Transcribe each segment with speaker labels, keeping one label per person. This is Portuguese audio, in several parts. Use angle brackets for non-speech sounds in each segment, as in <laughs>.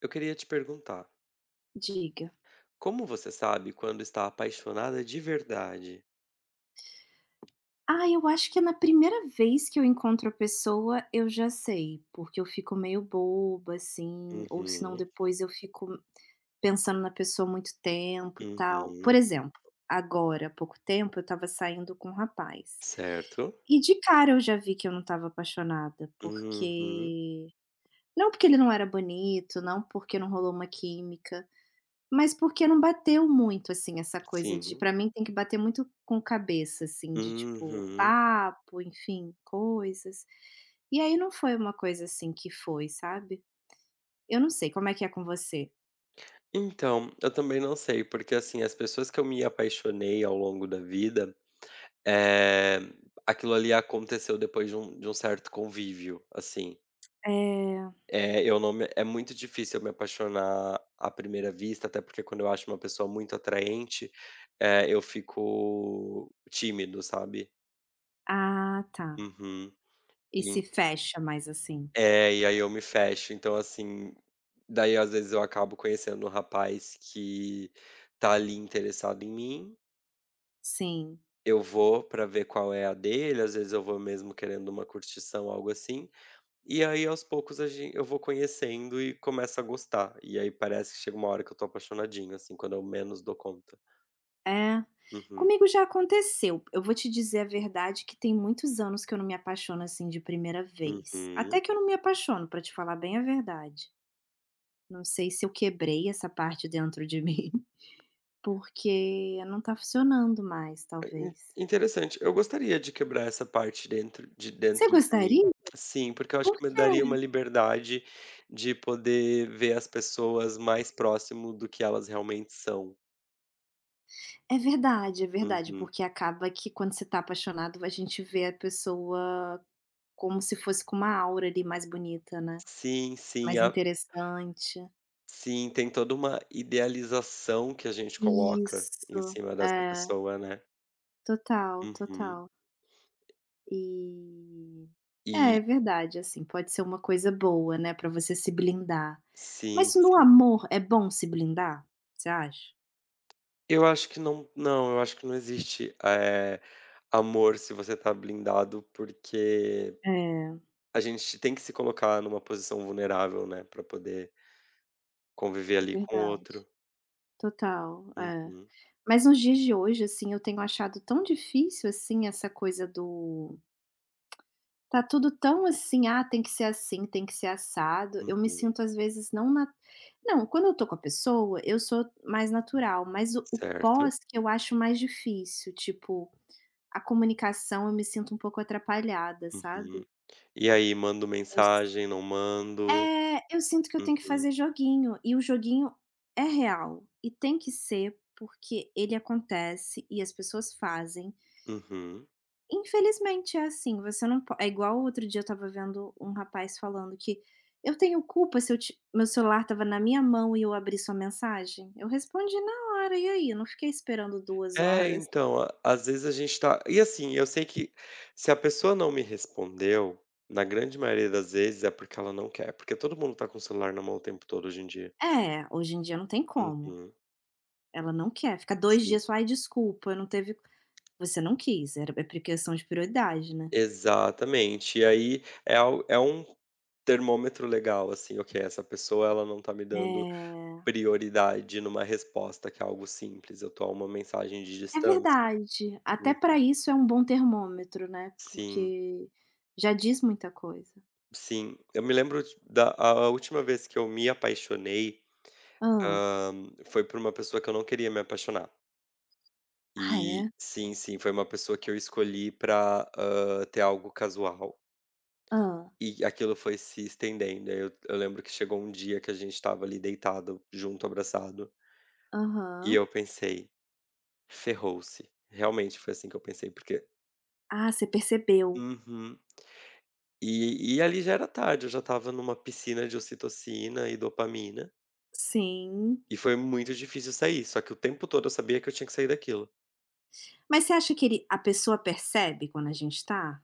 Speaker 1: Eu queria te perguntar,
Speaker 2: Diga.
Speaker 1: como você sabe quando está apaixonada de verdade?
Speaker 2: Ah, eu acho que é na primeira vez que eu encontro a pessoa, eu já sei, porque eu fico meio boba, assim, ou senão
Speaker 1: Uhum,
Speaker 2: depois eu fico pensando na pessoa muito tempo, tal. Por
Speaker 1: uhum,
Speaker 2: exemplo, agora, há pouco tempo, eu estava saindo com um rapaz.
Speaker 1: certo.
Speaker 2: E de cara eu já vi que eu não estava apaixonada,
Speaker 1: Uhum,
Speaker 2: porque não porque ele não era bonito, não porque não rolou uma química, mas porque não bateu muito, assim, essa coisa de
Speaker 1: sim.
Speaker 2: pra mim tem que bater muito com cabeça, assim, de tipo,
Speaker 1: Uhum.
Speaker 2: papo, enfim, coisas. E aí não foi uma coisa assim que foi, sabe. Eu não sei, como é que é com você?
Speaker 1: Então, eu também não sei, porque assim, as pessoas que eu me apaixonei ao longo da vida, eh, aquilo ali aconteceu depois de um certo convívio, assim.
Speaker 2: É.
Speaker 1: É, eu não me é muito difícil eu me apaixonar à primeira vista, até porque quando eu acho uma pessoa muito atraente, eu fico tímido, sabe.
Speaker 2: Ah, tá.
Speaker 1: Uhum.
Speaker 2: E se
Speaker 1: E
Speaker 2: fecha mais assim.
Speaker 1: e aí eu me fecho. Então, assim, daí às vezes eu acabo conhecendo um rapaz que tá ali interessado em mim,
Speaker 2: Sim.
Speaker 1: eu vou pra ver qual é a dele, às vezes eu vou mesmo querendo uma curtição, algo assim. E aí, aos poucos, a gen eu vou conhecendo e começo a gostar. E aí parece que chega uma hora que eu tô apaixonadinho, assim, quando eu menos dou conta.
Speaker 2: É.
Speaker 1: Uhum,
Speaker 2: Comigo já aconteceu. Eu vou te dizer a verdade que tem muitos anos que eu não me apaixono, assim, de primeira vez. Até
Speaker 1: uhum.
Speaker 2: que eu não me apaixono, pra te falar bem a verdade. Não sei se eu quebrei essa parte dentro de mim, <laughs> porque não tá funcionando mais, talvez.
Speaker 1: Interessante. Eu gostaria de quebrar essa parte dentro de
Speaker 2: Você
Speaker 1: dentro de mim.
Speaker 2: gostaria?
Speaker 1: Sim, porque eu acho
Speaker 2: Por
Speaker 1: que me daria uma
Speaker 2: quê?
Speaker 1: liberdade de poder ver as pessoas mais próximo do que elas realmente são.
Speaker 2: É verdade,
Speaker 1: Uhum.
Speaker 2: porque acaba que quando você tá apaixonado, a gente vê a pessoa como se fosse com uma aura ali mais bonita, né,
Speaker 1: Sim, sim,
Speaker 2: mais
Speaker 1: a
Speaker 2: interessante.
Speaker 1: sim, tem toda uma idealização que a gente coloca em
Speaker 2: Isso,
Speaker 1: cima dessa
Speaker 2: é,
Speaker 1: pessoa, né.
Speaker 2: total,
Speaker 1: Uhum.
Speaker 2: total. E é,
Speaker 1: E
Speaker 2: é verdade, assim, pode ser uma coisa boa, né, pra você se blindar.
Speaker 1: Sim,
Speaker 2: Mas no
Speaker 1: sim.
Speaker 2: amor é bom se blindar? Você acha?
Speaker 1: Eu acho que não, eu acho que não existe, amor se você tá blindado, porque
Speaker 2: É,
Speaker 1: a gente tem que se colocar numa posição vulnerável, né, pra poder conviver ali com o
Speaker 2: verdade.
Speaker 1: outro.
Speaker 2: Total, é.
Speaker 1: Uhum,
Speaker 2: Mas nos dias de hoje, assim, eu tenho achado tão difícil, assim, essa coisa do tá tudo tão assim: "Ah, tem que ser assim, tem que ser assado". Eu me
Speaker 1: uhum.
Speaker 2: sinto às vezes não, quando eu tô com a pessoa, eu sou mais natural, mas o
Speaker 1: Certo.
Speaker 2: pós que eu acho mais difícil, tipo. A comunicação eu me sinto um pouco atrapalhada,
Speaker 1: Uhum.
Speaker 2: sabe.
Speaker 1: E aí, mando
Speaker 2: Eu s
Speaker 1: mensagem, não mando?
Speaker 2: É, eu sinto que eu tenho que
Speaker 1: Uhum,
Speaker 2: fazer joguinho, e o joguinho é real, e tem que ser, porque ele acontece e as pessoas fazem.
Speaker 1: uhum.
Speaker 2: Infelizmente é assim, você não po é igual outro dia eu estava vendo um rapaz falando que: "Eu tenho culpa se eu ti meu celular estava na minha mão e eu abri sua mensagem? Eu respondi na hora, e aí? Eu não fiquei esperando 2
Speaker 1: É,
Speaker 2: horas".
Speaker 1: então, a às vezes a gente tá e assim, eu sei que se a pessoa não me respondeu, na grande maioria das vezes é porque ela não quer, porque todo mundo tá com o celular na mão o tempo todo hoje em dia.
Speaker 2: É, hoje em dia não tem como.
Speaker 1: Uhum,
Speaker 2: Ela não quer, fica dois
Speaker 1: sim.
Speaker 2: dias só: "Ai, desculpa, não teve". Você não quis, era é por questão de prioridade, né.
Speaker 1: Exatamente. E aí é al é um termômetro legal, assim, ok, essa pessoa ela não tá me
Speaker 2: é
Speaker 1: dando prioridade numa resposta que é algo simples, eu tô a uma mensagem de
Speaker 2: é
Speaker 1: distância.
Speaker 2: verdade, até
Speaker 1: Uhum.
Speaker 2: para isso é um bom termômetro, né,
Speaker 1: Sim,
Speaker 2: porque já diz muita coisa.
Speaker 1: sim. Eu me lembro de- da A última vez que eu me apaixonei
Speaker 2: Ah.
Speaker 1: Hã, foi por uma pessoa que eu não queria me apaixonar.
Speaker 2: Ah,
Speaker 1: E
Speaker 2: é?
Speaker 1: sim, sim, foi uma pessoa que eu escolhi pra, ter algo casual,
Speaker 2: Ah.
Speaker 1: e aquilo foi se estendendo. Aí eu lembro que chegou um dia que a gente estava ali deitado junto, abraçado, e
Speaker 2: Aham.
Speaker 1: eu pensei: "Ferrou-se". Realmente foi assim que eu pensei, porque
Speaker 2: Ah, você percebeu.
Speaker 1: uhum. E ali já era tarde, eu já estava numa piscina de ocitocina e dopamina,
Speaker 2: Sim.
Speaker 1: e foi muito difícil sair, só que o tempo todo eu sabia que eu tinha que sair daquilo.
Speaker 2: Mas você acha que ele a pessoa percebe quando a gente tá?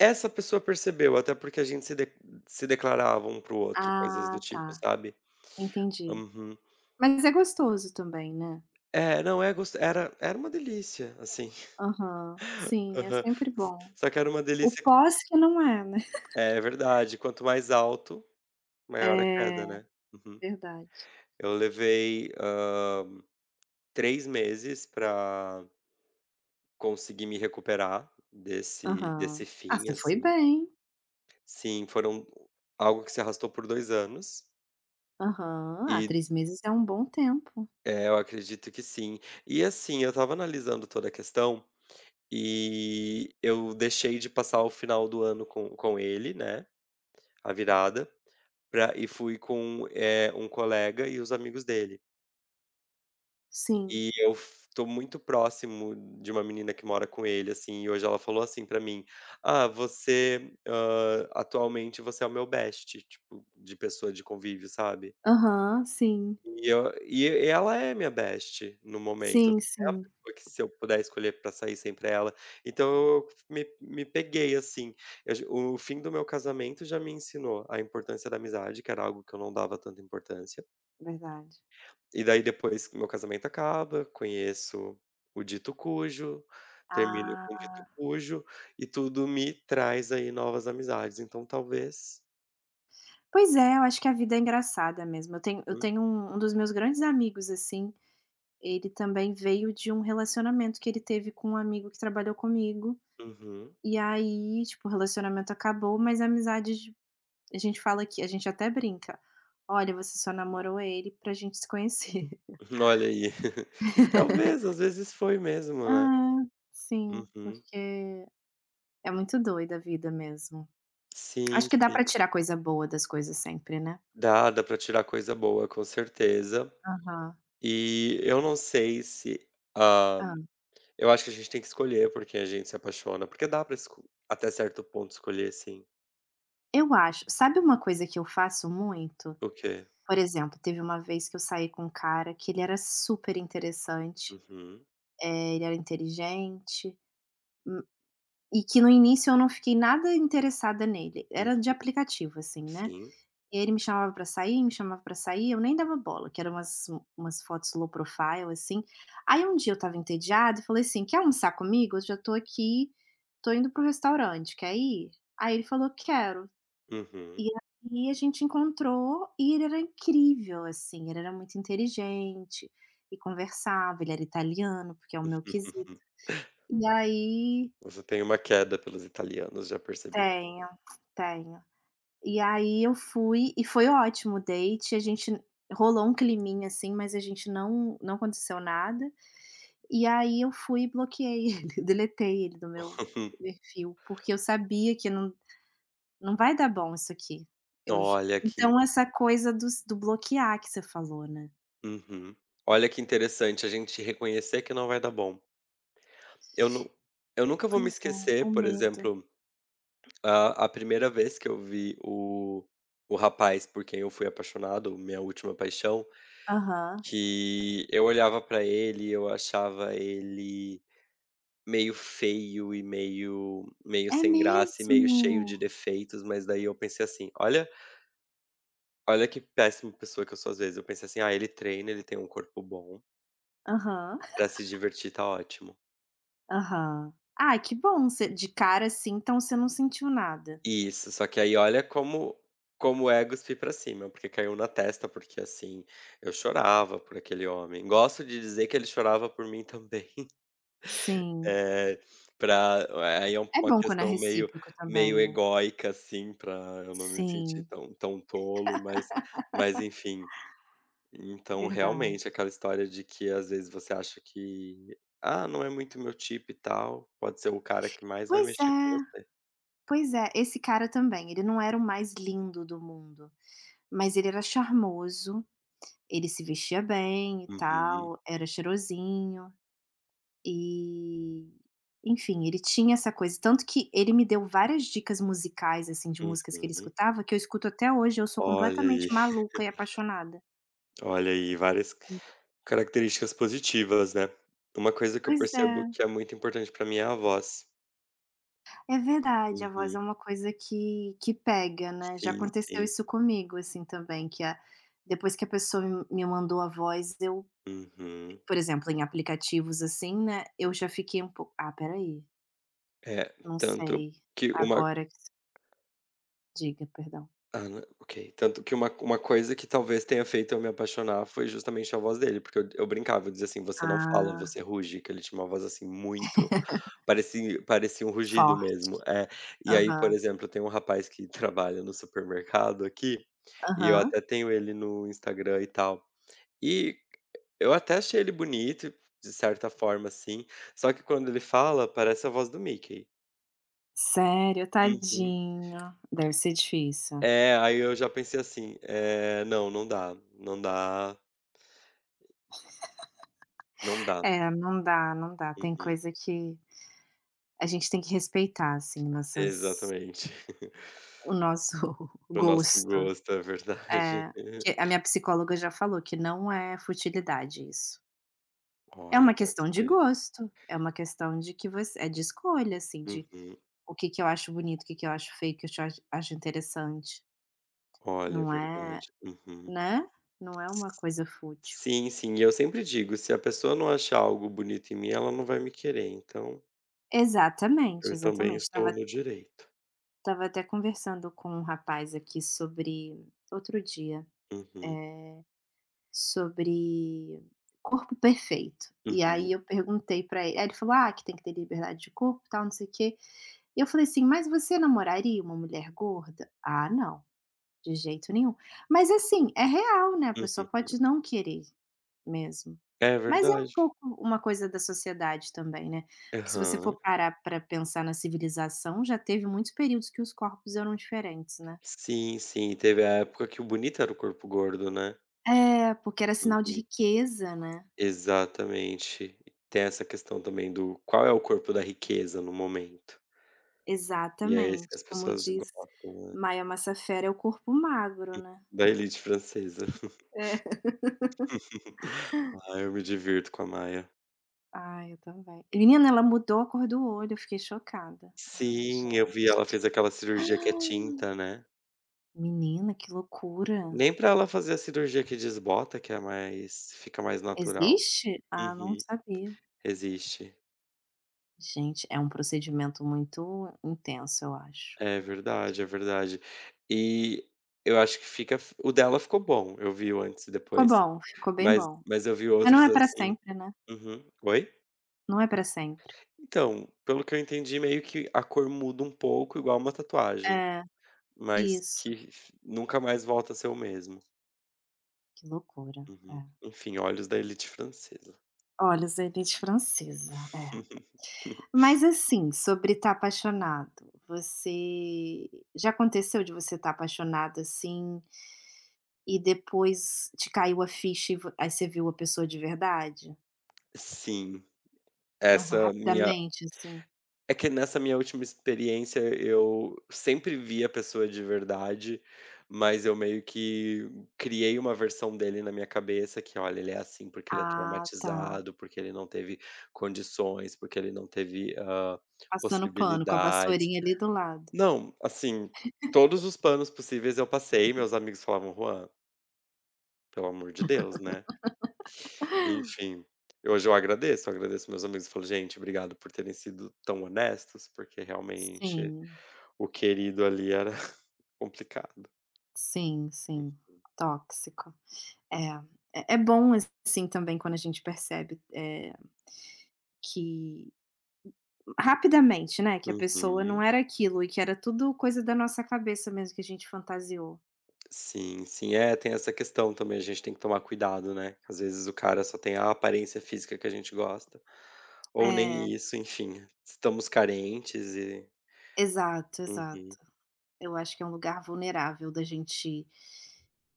Speaker 1: Essa pessoa percebeu, até porque a gente se declarava um para outro, coisas do
Speaker 2: Ah,
Speaker 1: tipo,
Speaker 2: tá,
Speaker 1: sabe.
Speaker 2: entendi.
Speaker 1: Uhum.
Speaker 2: Mas é gostoso também, né.
Speaker 1: É, não, é gos era era uma delícia, assim.
Speaker 2: Aham.
Speaker 1: <laughs>
Speaker 2: Sim, é
Speaker 1: Aham.
Speaker 2: sempre bom.
Speaker 1: Só que era uma
Speaker 2: O
Speaker 1: delícia
Speaker 2: pós que não é, né.
Speaker 1: é verdade, quanto mais alto, maior a
Speaker 2: É,
Speaker 1: queda, né. Uhum.
Speaker 2: verdade.
Speaker 1: Eu levei, 3 meses pra conseguir me recuperar desse
Speaker 2: Aham.
Speaker 1: desse
Speaker 2: Ah,
Speaker 1: fim,
Speaker 2: você foi
Speaker 1: assim.
Speaker 2: bem.
Speaker 1: Sim, foram algo que se arrastou por 2 anos,
Speaker 2: Aham. Ah,
Speaker 1: e
Speaker 2: 3 meses é um bom tempo.
Speaker 1: É, eu acredito que sim. E assim, eu estava analisando toda a questão e eu deixei de passar o final do ano com ele, né? A virada, e fui com um colega e os amigos dele.
Speaker 2: Sim.
Speaker 1: E eu tô muito próximo de uma menina que mora com ele, assim, e hoje ela falou assim pra mim: Ah, você, ah, atualmente você é o meu best, tipo, de pessoa de convívio, sabe?
Speaker 2: Aham, sim.
Speaker 1: E ela é minha best no momento, assim,
Speaker 2: Sim,
Speaker 1: é a
Speaker 2: sim.
Speaker 1: pessoa que se eu puder escolher pra sair sempre é ela. Então eu me peguei, assim, eu j o fim do meu casamento já me ensinou a importância da amizade, que era algo que eu não dava tanta importância.
Speaker 2: Verdade.
Speaker 1: E daí depois que meu casamento acaba, conheço o dito cujo, termino
Speaker 2: Ah,
Speaker 1: com o dito cujo, e tudo me traz aí novas amizades, então talvez
Speaker 2: pois é, eu acho que a vida é engraçada mesmo. Eu tenho eu
Speaker 1: Hum,
Speaker 2: tenho um dos meus grandes amigos, assim, ele também veio de um relacionamento que ele teve com um amigo que trabalhou comigo,
Speaker 1: uhum.
Speaker 2: e aí, tipo, o relacionamento acabou, mas a amizade de a gente fala, que a gente até brinca: "Olha, você só namorou ele pra gente se conhecer".
Speaker 1: <laughs> Olha aí. <laughs> E talvez, às vezes foi mesmo, né.
Speaker 2: Ah, sim,
Speaker 1: Uhum.
Speaker 2: porque é muito doida a vida mesmo.
Speaker 1: Sim,
Speaker 2: Acho que dá pra
Speaker 1: sim.
Speaker 2: tirar coisa boa das coisas sempre, né.
Speaker 1: Dá, dá pra tirar coisa boa, com certeza.
Speaker 2: Aham.
Speaker 1: E eu não sei se, ah,
Speaker 2: Hã.
Speaker 1: eu acho que a gente tem que escolher por quem a gente se apaixona, porque dá pra esco até certo ponto escolher sim.
Speaker 2: Eu acho. Sabe uma coisa que eu faço muito?
Speaker 1: O quê?
Speaker 2: Por exemplo, teve uma vez que eu saí com um cara que ele era super interessante,
Speaker 1: Uhum,
Speaker 2: ele era inteligente, e que no início eu não fiquei nada interessada nele,
Speaker 1: hum,
Speaker 2: era de aplicativo, assim, né.
Speaker 1: sim.
Speaker 2: E aí ele me chamava pra sair, me chamava pra sair, eu nem dava bola, que eram umas fotos low profile, assim. Aí um dia eu estava entediada e falei assim: "Quer almoçar comigo? Eu já tô aqui, tô indo pro restaurante, quer ir?". Aí ele falou: "Quero".
Speaker 1: Uhum.
Speaker 2: E aí a gente encontrou e ele era incrível, assim, ele era muito inteligente e conversava, ele era italiano, porque é o meu quesito.
Speaker 1: <laughs>
Speaker 2: E aí
Speaker 1: Você tem uma queda pelos italianos, já percebi.
Speaker 2: tenho, tenho. E aí eu fui e foi ótimo o date, a gente rolou um climinha, assim, mas a gente não aconteceu nada. E aí eu fui e bloqueei <laughs> ele, deletei ele do meu
Speaker 1: <laughs>
Speaker 2: perfil, porque eu sabia que não vai dar bom isso aqui. Eu j
Speaker 1: Olha que
Speaker 2: Então essa coisa dos do bloquear que você falou, né.
Speaker 1: uhum. Olha que interessante a gente reconhecer que não vai dar bom. Eu não eu nunca vou me
Speaker 2: Pois é, o
Speaker 1: esquecer, por
Speaker 2: medo.
Speaker 1: exemplo a primeira vez que eu vi o rapaz por quem eu fui apaixonado, minha última paixão,
Speaker 2: Aham.
Speaker 1: que eu olhava pra ele eu achava ele meio feio e meio
Speaker 2: É
Speaker 1: sem graça e meio cheio de
Speaker 2: mesmo?
Speaker 1: defeitos, mas daí eu pensei assim: "Olha olha que péssima pessoa que eu sou às vezes". Eu pensei assim: "Ah, ele treina, ele tem um corpo bom,
Speaker 2: Aham,
Speaker 1: pra se divertir tá ótimo".
Speaker 2: aham. Ah, que bom, você de cara, assim, então você não sentiu nada.
Speaker 1: Isso, só que aí olha como é cuspir pra cima, porque caiu na testa, porque, assim, eu chorava por aquele homem. Gosto de dizer que ele chorava por mim também. <laughs>
Speaker 2: Sim.
Speaker 1: É, pra aí é um,
Speaker 2: É
Speaker 1: uma
Speaker 2: bom quando é
Speaker 1: questão meio
Speaker 2: recíproco
Speaker 1: meio
Speaker 2: também, né.
Speaker 1: egóica, assim, pra eu não me sentir
Speaker 2: Sim,
Speaker 1: tão tolo, mas enfim. Então,
Speaker 2: verdade.
Speaker 1: realmente, aquela história de que às vezes você acha que: "Ah, não é muito meu tipo e tal", pode ser o cara que mais vai
Speaker 2: Pois
Speaker 1: mexer com
Speaker 2: é,
Speaker 1: você.
Speaker 2: pois é. Esse cara também, ele não era o mais lindo do mundo, mas ele era charmoso, ele se vestia bem e
Speaker 1: Uhum,
Speaker 2: tal, era cheirosinho e, enfim, ele tinha essa coisa. Tanto que ele me deu várias dicas musicais, assim, de músicas que ele
Speaker 1: uhum.
Speaker 2: escutava, que eu escuto até hoje, eu sou
Speaker 1: Olha aí.
Speaker 2: completamente maluca e apaixonada.
Speaker 1: Olha aí, várias características positivas, né. Uma coisa que eu
Speaker 2: Pois é.
Speaker 1: percebo que é muito importante pra mim é a voz.
Speaker 2: É verdade, a voz é
Speaker 1: Uhum.
Speaker 2: uma coisa que pega, né. Já
Speaker 1: Sim,
Speaker 2: aconteceu
Speaker 1: sim.
Speaker 2: isso comigo, assim, também, que a depois que a pessoa me mandou a voz, eu
Speaker 1: Uhum.
Speaker 2: por exemplo, em aplicativos, assim, né, eu já fiquei um pouco: "Ah, peraí,
Speaker 1: É,
Speaker 2: não
Speaker 1: tanto
Speaker 2: sei,
Speaker 1: que uma
Speaker 2: agora que você". Diga, perdão.
Speaker 1: Ah, né, ok. Tanto que uma coisa que talvez tenha feito eu me apaixonar foi justamente a voz dele, porque eu brincava, eu dizia assim: "Você não fala,
Speaker 2: Ah,
Speaker 1: você ruge", que ele tinha uma voz, assim, muito parecia um rugido
Speaker 2: forte.
Speaker 1: mesmo. É. E aí, por
Speaker 2: Aham,
Speaker 1: exemplo, tem um rapaz que <laughs> trabalha no supermercado aqui, e eu
Speaker 2: aham.
Speaker 1: até tenho ele no Instagram e tal. E eu até achei ele bonito, de certa forma, assim, só que quando ele fala, parece a voz do Mickey.
Speaker 2: Sério?
Speaker 1: Uhum.
Speaker 2: Tadinho. Deve ser difícil.
Speaker 1: É, aí eu já pensei assim, não, não dá.
Speaker 2: É, não dá, não dá. Tem
Speaker 1: Uhum.
Speaker 2: coisa que a gente tem que respeitar, assim, nossas
Speaker 1: Exatamente. <laughs>
Speaker 2: o nosso <laughs>
Speaker 1: Para o nosso
Speaker 2: gosto.
Speaker 1: gosto, é verdade.
Speaker 2: É, que a
Speaker 1: <laughs>
Speaker 2: minha psicóloga já falou que não é futilidade isso. É
Speaker 1: Olha,
Speaker 2: uma
Speaker 1: bom
Speaker 2: questão de
Speaker 1: saber.
Speaker 2: gosto, é uma questão de que você é de escolha, assim, de
Speaker 1: Uhum.
Speaker 2: o que que eu acho bonito, o que que eu acho feio, o que eu acho interessante.
Speaker 1: Olha, é
Speaker 2: Não é,
Speaker 1: verdade. Uhum.
Speaker 2: né, não é uma coisa fútil.
Speaker 1: Sim, sim, e eu sempre digo, se a pessoa não achar algo bonito em mim, ela não vai me querer, então
Speaker 2: Exatamente,
Speaker 1: eu também
Speaker 2: exatamente.
Speaker 1: estou
Speaker 2: Tava
Speaker 1: no direito.
Speaker 2: tava até conversando com um rapaz aqui sobre outro dia,
Speaker 1: Uhum,
Speaker 2: eh, sobre corpo perfeito. E
Speaker 1: uhum,
Speaker 2: aí eu perguntei pra ele, aí ele falou: "Ah, que tem que ter liberdade de corpo, tal, não sei o quê". E eu falei assim: "Mas você namoraria uma mulher gorda?". "Ah, não, de jeito nenhum". Mas assim, é real, né, a pessoa
Speaker 1: uhum.
Speaker 2: pode não querer mesmo.
Speaker 1: É
Speaker 2: Mas é um
Speaker 1: verdade.
Speaker 2: pouco uma coisa da sociedade também, né, porque se você for
Speaker 1: Aham.
Speaker 2: parar para pensar na civilização, já teve muitos períodos que os corpos eram diferentes, né.
Speaker 1: Sim, sim, teve a época que o bonito era o corpo gordo, né.
Speaker 2: É, porque era sinal de
Speaker 1: Uhum.
Speaker 2: riqueza, né.
Speaker 1: Exatamente. Tem essa questão também do qual é o corpo da riqueza no momento. E é esse que
Speaker 2: Exatamente,
Speaker 1: as
Speaker 2: como
Speaker 1: pessoas
Speaker 2: diz
Speaker 1: gostam, né,
Speaker 2: Maia Massa, "É o corpo magro", né.
Speaker 1: da elite francesa.
Speaker 2: É.
Speaker 1: <laughs> Ah, eu me divirto com a Maia.
Speaker 2: Ah, eu também. Menina, ela mudou a cor do olho, eu fiquei chocada. Ai,
Speaker 1: Sim, eu vi, ela
Speaker 2: gente.
Speaker 1: fez aquela cirurgia que é tinta, né.
Speaker 2: Menina, que loucura.
Speaker 1: Nem pra ela fazer a cirurgia que desbota, que é mais fica mais natural.
Speaker 2: Existe? Ah, não
Speaker 1: Uhum.
Speaker 2: sabia.
Speaker 1: Existe.
Speaker 2: Gente, é um procedimento muito intenso, eu acho.
Speaker 1: É verdade, é verdade. E eu acho que fica o dela ficou bom, eu vi o antes e
Speaker 2: Ficou
Speaker 1: depois,
Speaker 2: bom, ficou bem
Speaker 1: mas
Speaker 2: bom.
Speaker 1: eu vi
Speaker 2: Mas não
Speaker 1: outros
Speaker 2: é pra
Speaker 1: assim
Speaker 2: sempre, né.
Speaker 1: Uhum. Oi?
Speaker 2: Não é pra sempre.
Speaker 1: Então, pelo que eu entendi, meio que a cor muda um pouco, igual uma tatuagem,
Speaker 2: É,
Speaker 1: mas
Speaker 2: isso.
Speaker 1: que nunca mais volta a ser o mesmo.
Speaker 2: Que loucura, é.
Speaker 1: Uhum. Enfim, olhos da elite francesa.
Speaker 2: Olha, azeite francesa, é.
Speaker 1: <laughs>
Speaker 2: Mas, assim, sobre estar apaixonado, você já aconteceu de você estar apaixonado, assim. E depois te caiu a ficha e vo aí você viu a pessoa de verdade?
Speaker 1: Sim,
Speaker 2: Aham,
Speaker 1: essa minha
Speaker 2: rapidamente, assim?
Speaker 1: É que nessa minha última experiência eu sempre vi a pessoa de verdade, mas eu meio que criei uma versão dele na minha cabeça que, olha, ele é assim porque ele é
Speaker 2: Ah, tá.
Speaker 1: traumatizado, porque ele não teve condições, porque ele não teve,
Speaker 2: Passando pano com a
Speaker 1: possibilidades.
Speaker 2: vassourinha ali do lado.
Speaker 1: Não, assim, todos os panos possíveis eu passei, meus amigos falavam: "Juan, pelo amor de Deus, né". Enfim, hoje eu agradeço meus amigos, falo: "Gente, obrigado por terem sido tão honestos, porque realmente
Speaker 2: Sim,
Speaker 1: O querido ali era <laughs> complicado.
Speaker 2: sim, sim. Tóxico. É, é bom, assim, também quando a gente percebe, que rapidamente, né, que a pessoa
Speaker 1: Uhum.
Speaker 2: não era aquilo e que era tudo coisa da nossa cabeça mesmo que a gente fantasiou.
Speaker 1: Sim, sim. É, tem essa questão também, a gente tem que tomar cuidado, né. Às vezes o cara só tem a aparência física que a gente gosta, ou
Speaker 2: É,
Speaker 1: nem isso, enfim, estamos carentes e
Speaker 2: exato, exato.
Speaker 1: Uhum.
Speaker 2: Eu acho que é um lugar vulnerável da gente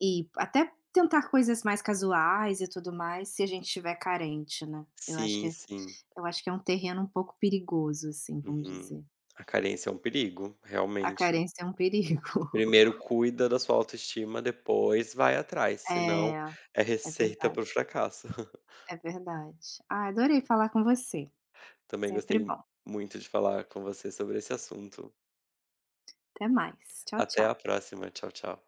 Speaker 2: ir, até tentar coisas mais casuais e tudo mais, se a gente estiver carente, né.
Speaker 1: Sim, sim.
Speaker 2: Eu acho que é um terreno um pouco perigoso, assim, vamos
Speaker 1: Uhum.
Speaker 2: dizer.
Speaker 1: A carência é um perigo,
Speaker 2: A
Speaker 1: realmente.
Speaker 2: carência é um perigo.
Speaker 1: Primeiro
Speaker 2: <laughs>
Speaker 1: cuida da sua autoestima, depois vai atrás, senão
Speaker 2: É,
Speaker 1: é
Speaker 2: é
Speaker 1: receita
Speaker 2: verdade,
Speaker 1: para o fracasso. <laughs>
Speaker 2: é verdade. Ah, adorei falar com você,
Speaker 1: Também
Speaker 2: sempre
Speaker 1: gostei
Speaker 2: bom.
Speaker 1: muito de falar com você sobre esse assunto.
Speaker 2: Até mais. Tchau,
Speaker 1: Até
Speaker 2: tchau.
Speaker 1: a próxima. Tchau, tchau.